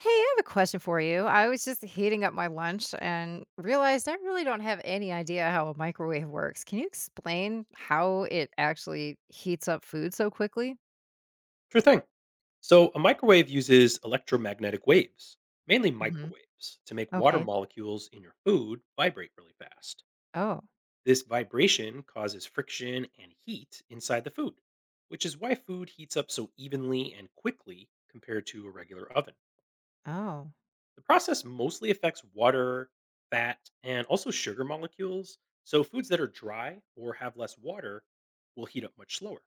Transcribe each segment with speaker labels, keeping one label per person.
Speaker 1: Hey, I have a question for you. I was just heating up my lunch and realized I really don't have any idea how a microwave works. Can you explain how it actually heats up food so quickly?
Speaker 2: Sure thing. So, a microwave uses electromagnetic waves, mainly
Speaker 1: Hmm.
Speaker 2: microwaves, to make water
Speaker 1: Okay.
Speaker 2: molecules in your food vibrate really fast.
Speaker 1: Oh,
Speaker 2: This vibration causes friction and heat inside the food, which is why food heats up so evenly and quickly compared to a regular oven.
Speaker 1: oh,
Speaker 2: The process mostly affects water, fat, and also sugar molecules. So, foods that are dry or have less water will heat up much slower.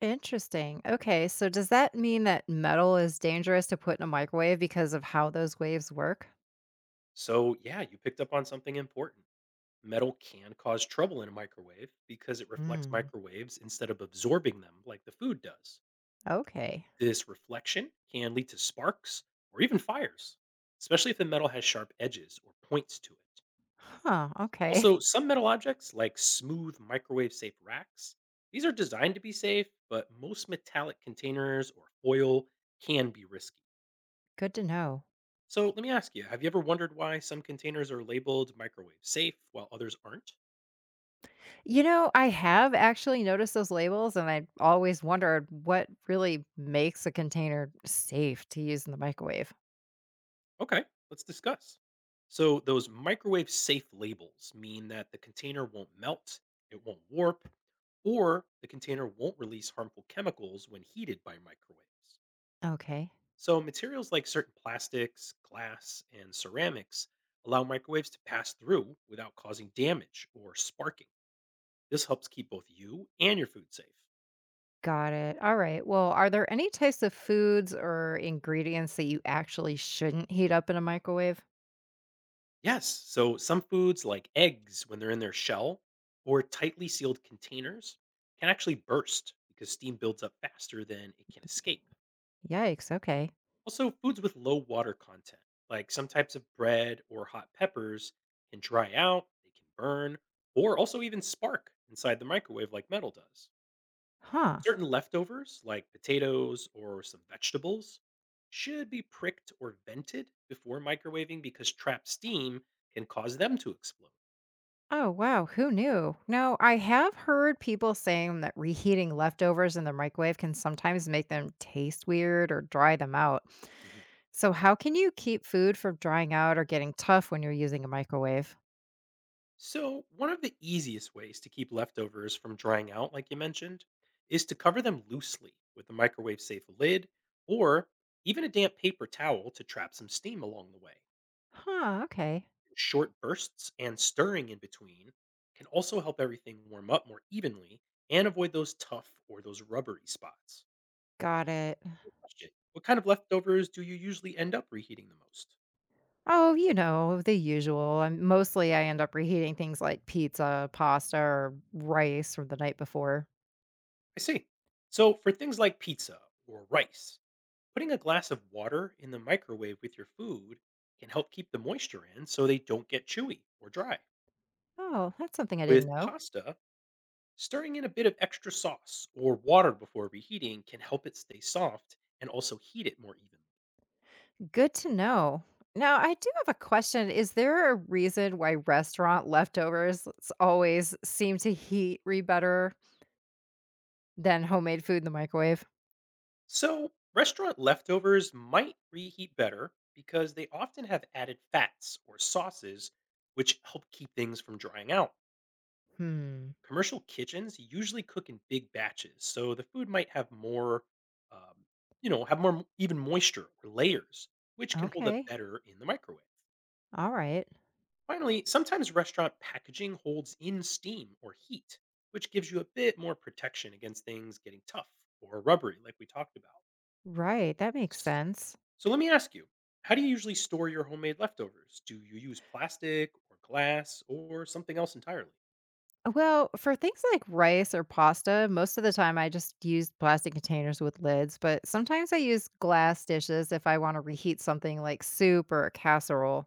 Speaker 1: interesting. Okay, so does that mean that metal is dangerous to put in a microwave because of how those waves work?
Speaker 2: So, yeah, you picked up on something important. Metal can cause trouble in a microwave because it reflects
Speaker 1: Mm,
Speaker 2: microwaves instead of absorbing them like the food does.
Speaker 1: okay.
Speaker 2: This reflection can lead to sparks or even fires, especially if the metal has sharp edges or points to it.
Speaker 1: Huh, okay.
Speaker 2: Also, some metal objects, like smooth microwave safe racks, these are designed to be safe, but most metallic containers or foil can be risky.
Speaker 1: Good to know.
Speaker 2: So, let me ask you, have you ever wondered why some containers are labeled microwave safe while others aren't?
Speaker 1: You know, I have actually noticed those labels, and I always wondered what really makes a container safe to use in the microwave.
Speaker 2: Okay, let's discuss. So, those microwave safe labels mean that the container won't melt, it won't warp, or the container won't release harmful chemicals when heated by microwaves.
Speaker 1: Okay,
Speaker 2: So, materials like certain plastics, glass, and ceramics allow microwaves to pass through without causing damage or sparking. This helps keep both you and your food safe.
Speaker 1: got it. All right. Well, are there any types of foods or ingredients that you actually shouldn't heat up in a microwave?
Speaker 2: Yes. So some foods, like eggs, when they're in their shell or tightly sealed containers, can actually burst because steam builds up faster than it can escape.
Speaker 1: Yikes. Okay.
Speaker 2: Also, foods with low water content, like some types of bread or hot peppers, can dry out, they can burn, or also even spark inside the microwave like metal does.
Speaker 1: Huh.
Speaker 2: Certain leftovers, like potatoes or some vegetables, should be pricked or vented before microwaving because trapped steam can cause them to explode.
Speaker 1: Oh, wow. Who knew? No, I have heard people saying that reheating leftovers in the microwave can sometimes make them taste weird or dry them out.
Speaker 2: Mhm.
Speaker 1: So, how can you keep food from drying out or getting tough when you're using a microwave?
Speaker 2: So, one of the easiest ways to keep leftovers from drying out, like you mentioned, is to cover them loosely with a microwave safe lid or even a damp paper towel to trap some steam along the way.
Speaker 1: Huh, okay.
Speaker 2: Short bursts and stirring in between can also help everything warm up more evenly and avoid those tough or those rubbery spots.
Speaker 1: Got it.
Speaker 2: Question, what kind of leftovers do you usually end up reheating the most?
Speaker 1: Oh, you know, the usual. And mostly I end up reheating things like pizza, pasta, or rice from the night before.
Speaker 2: I see. So, for things like pizza or rice, putting a glass of water in the microwave with your food can help keep the moisture in so they don't get chewy or dry.
Speaker 1: Oh, that's something I didn't
Speaker 2: With
Speaker 1: know.
Speaker 2: pasta, stirring in a bit of extra sauce or water before reheating can help it stay soft and also heat it more evenly.
Speaker 1: Good to know. Now, I do have a question. Is there a reason why restaurant leftovers always seem to heat re better than homemade food in the microwave?
Speaker 2: So, restaurant leftovers might reheat better because they often have added fats or sauces which help keep things from drying out.
Speaker 1: Hmm.
Speaker 2: Commercial kitchens usually cook in big batches, so the food might have more, um, have more m- even moisture or layers, which can hold up
Speaker 1: Okay.
Speaker 2: better in the microwave.
Speaker 1: All right.
Speaker 2: Finally, sometimes restaurant packaging holds in steam or heat, which gives you a bit more protection against things getting tough or rubbery, like we talked about.
Speaker 1: Right. That makes
Speaker 2: S-
Speaker 1: sense.
Speaker 2: So let me ask you, how do you usually store your homemade leftovers? Do you use plastic or glass or something else entirely?
Speaker 1: Well, for things like rice or pasta, most of the time I just use plastic containers with lids, but sometimes I use glass dishes if I want to reheat something like soup or a casserole.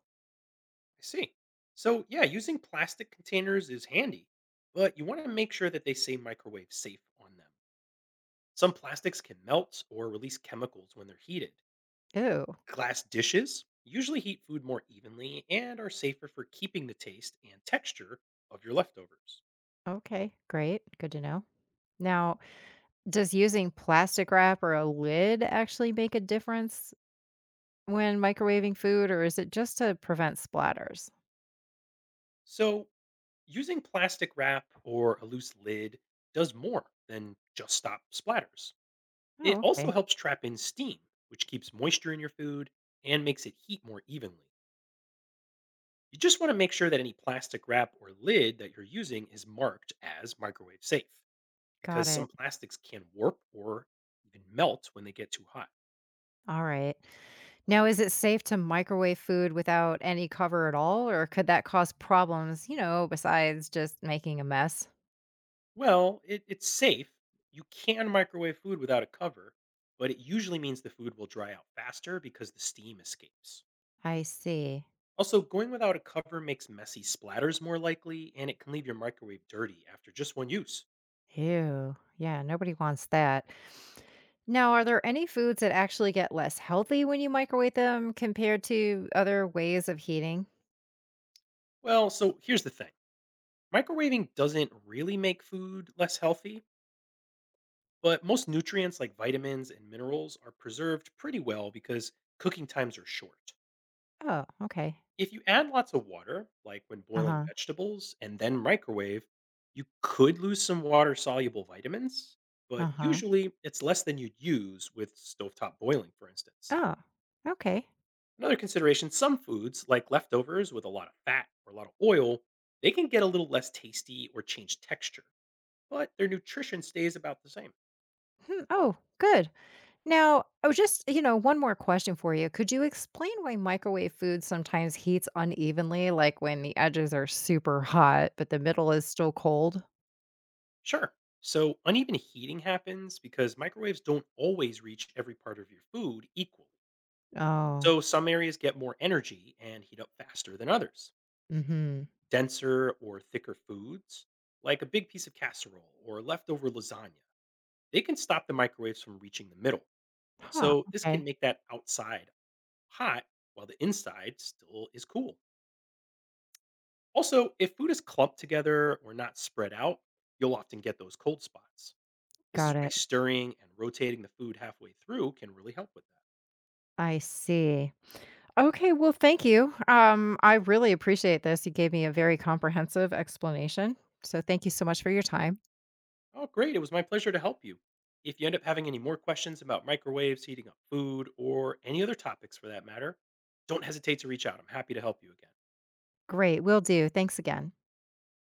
Speaker 2: I see. So, yeah, using plastic containers is handy, but you want to make sure that they say microwave safe on them. Some plastics can melt or release chemicals when they're heated.
Speaker 1: Ew.
Speaker 2: Glass dishes usually heat food more evenly and are safer for keeping the taste and texture of your leftovers.
Speaker 1: Okay, great. Good to know. Now, does using plastic wrap or a lid actually make a difference when microwaving food, or is it just to prevent splatters?
Speaker 2: So, using plastic wrap or a loose lid does more than just stop splatters. It
Speaker 1: Oh,
Speaker 2: also
Speaker 1: okay.
Speaker 2: helps trap in steam, which keeps moisture in your food and makes it heat more evenly. You just want to make sure that any plastic wrap or lid that you're using is marked as microwave safe
Speaker 1: Got
Speaker 2: because some
Speaker 1: it.
Speaker 2: plastics can warp or even melt when they get too hot.
Speaker 1: All right. Now, is it safe to microwave food without any cover at all, or could that cause problems, you know, besides just making a mess?
Speaker 2: Well, it's safe. You can microwave food without a cover, but it usually means the food will dry out faster because the steam escapes.
Speaker 1: I see.
Speaker 2: Also, going without a cover makes messy splatters more likely, and it can leave your microwave dirty after just one use.
Speaker 1: Ew. Yeah, nobody wants that. Now, are there any foods that actually get less healthy when you microwave them compared to other ways of heating?
Speaker 2: Well, so here's the thing, microwaving doesn't really make food less healthy. But most nutrients like vitamins and minerals are preserved pretty well because cooking times are short.
Speaker 1: Oh, okay.
Speaker 2: If you add lots of water, like when
Speaker 1: Uh
Speaker 2: boiling
Speaker 1: huh.
Speaker 2: vegetables and then microwave, you could lose some water soluble vitamins, but
Speaker 1: Uh huh.
Speaker 2: usually it's less than you'd use with stovetop boiling, for instance.
Speaker 1: Oh, okay.
Speaker 2: Another consideration, some foods, like leftovers with a lot of fat or a lot of oil, they can get a little less tasty or change texture, but their nutrition stays about the same.
Speaker 1: Hmm, oh, good. Now, oh, you know, one more question for you. Could you explain why microwave food sometimes heats unevenly, like when the edges are super hot, but the middle is still cold?
Speaker 2: Sure. So, uneven heating happens because microwaves don't always reach every part of your food equally.
Speaker 1: Oh,
Speaker 2: So, some areas get more energy and heat up faster than others.
Speaker 1: mm-hmm.
Speaker 2: Denser or thicker foods, like a big piece of casserole or leftover lasagna, they can stop the microwaves from reaching the middle.
Speaker 1: Huh.
Speaker 2: So, this can
Speaker 1: Okay.
Speaker 2: make that outside hot while the inside still is cool. Also, if food is clumped together or not spread out, you'll often get those cold spots. This is
Speaker 1: Got
Speaker 2: why
Speaker 1: it.
Speaker 2: stirring and rotating the food halfway through can really help with that.
Speaker 1: I see. Okay. Well, thank you. I really appreciate this. You gave me a very comprehensive explanation. So thank you so much for your time.
Speaker 2: Oh, great. It was my pleasure to help you. If you end up having any more questions about microwaves, heating up food, or any other topics for that matter, don't hesitate to reach out. I'm happy to help you again.
Speaker 1: Great. Will do. Thanks again.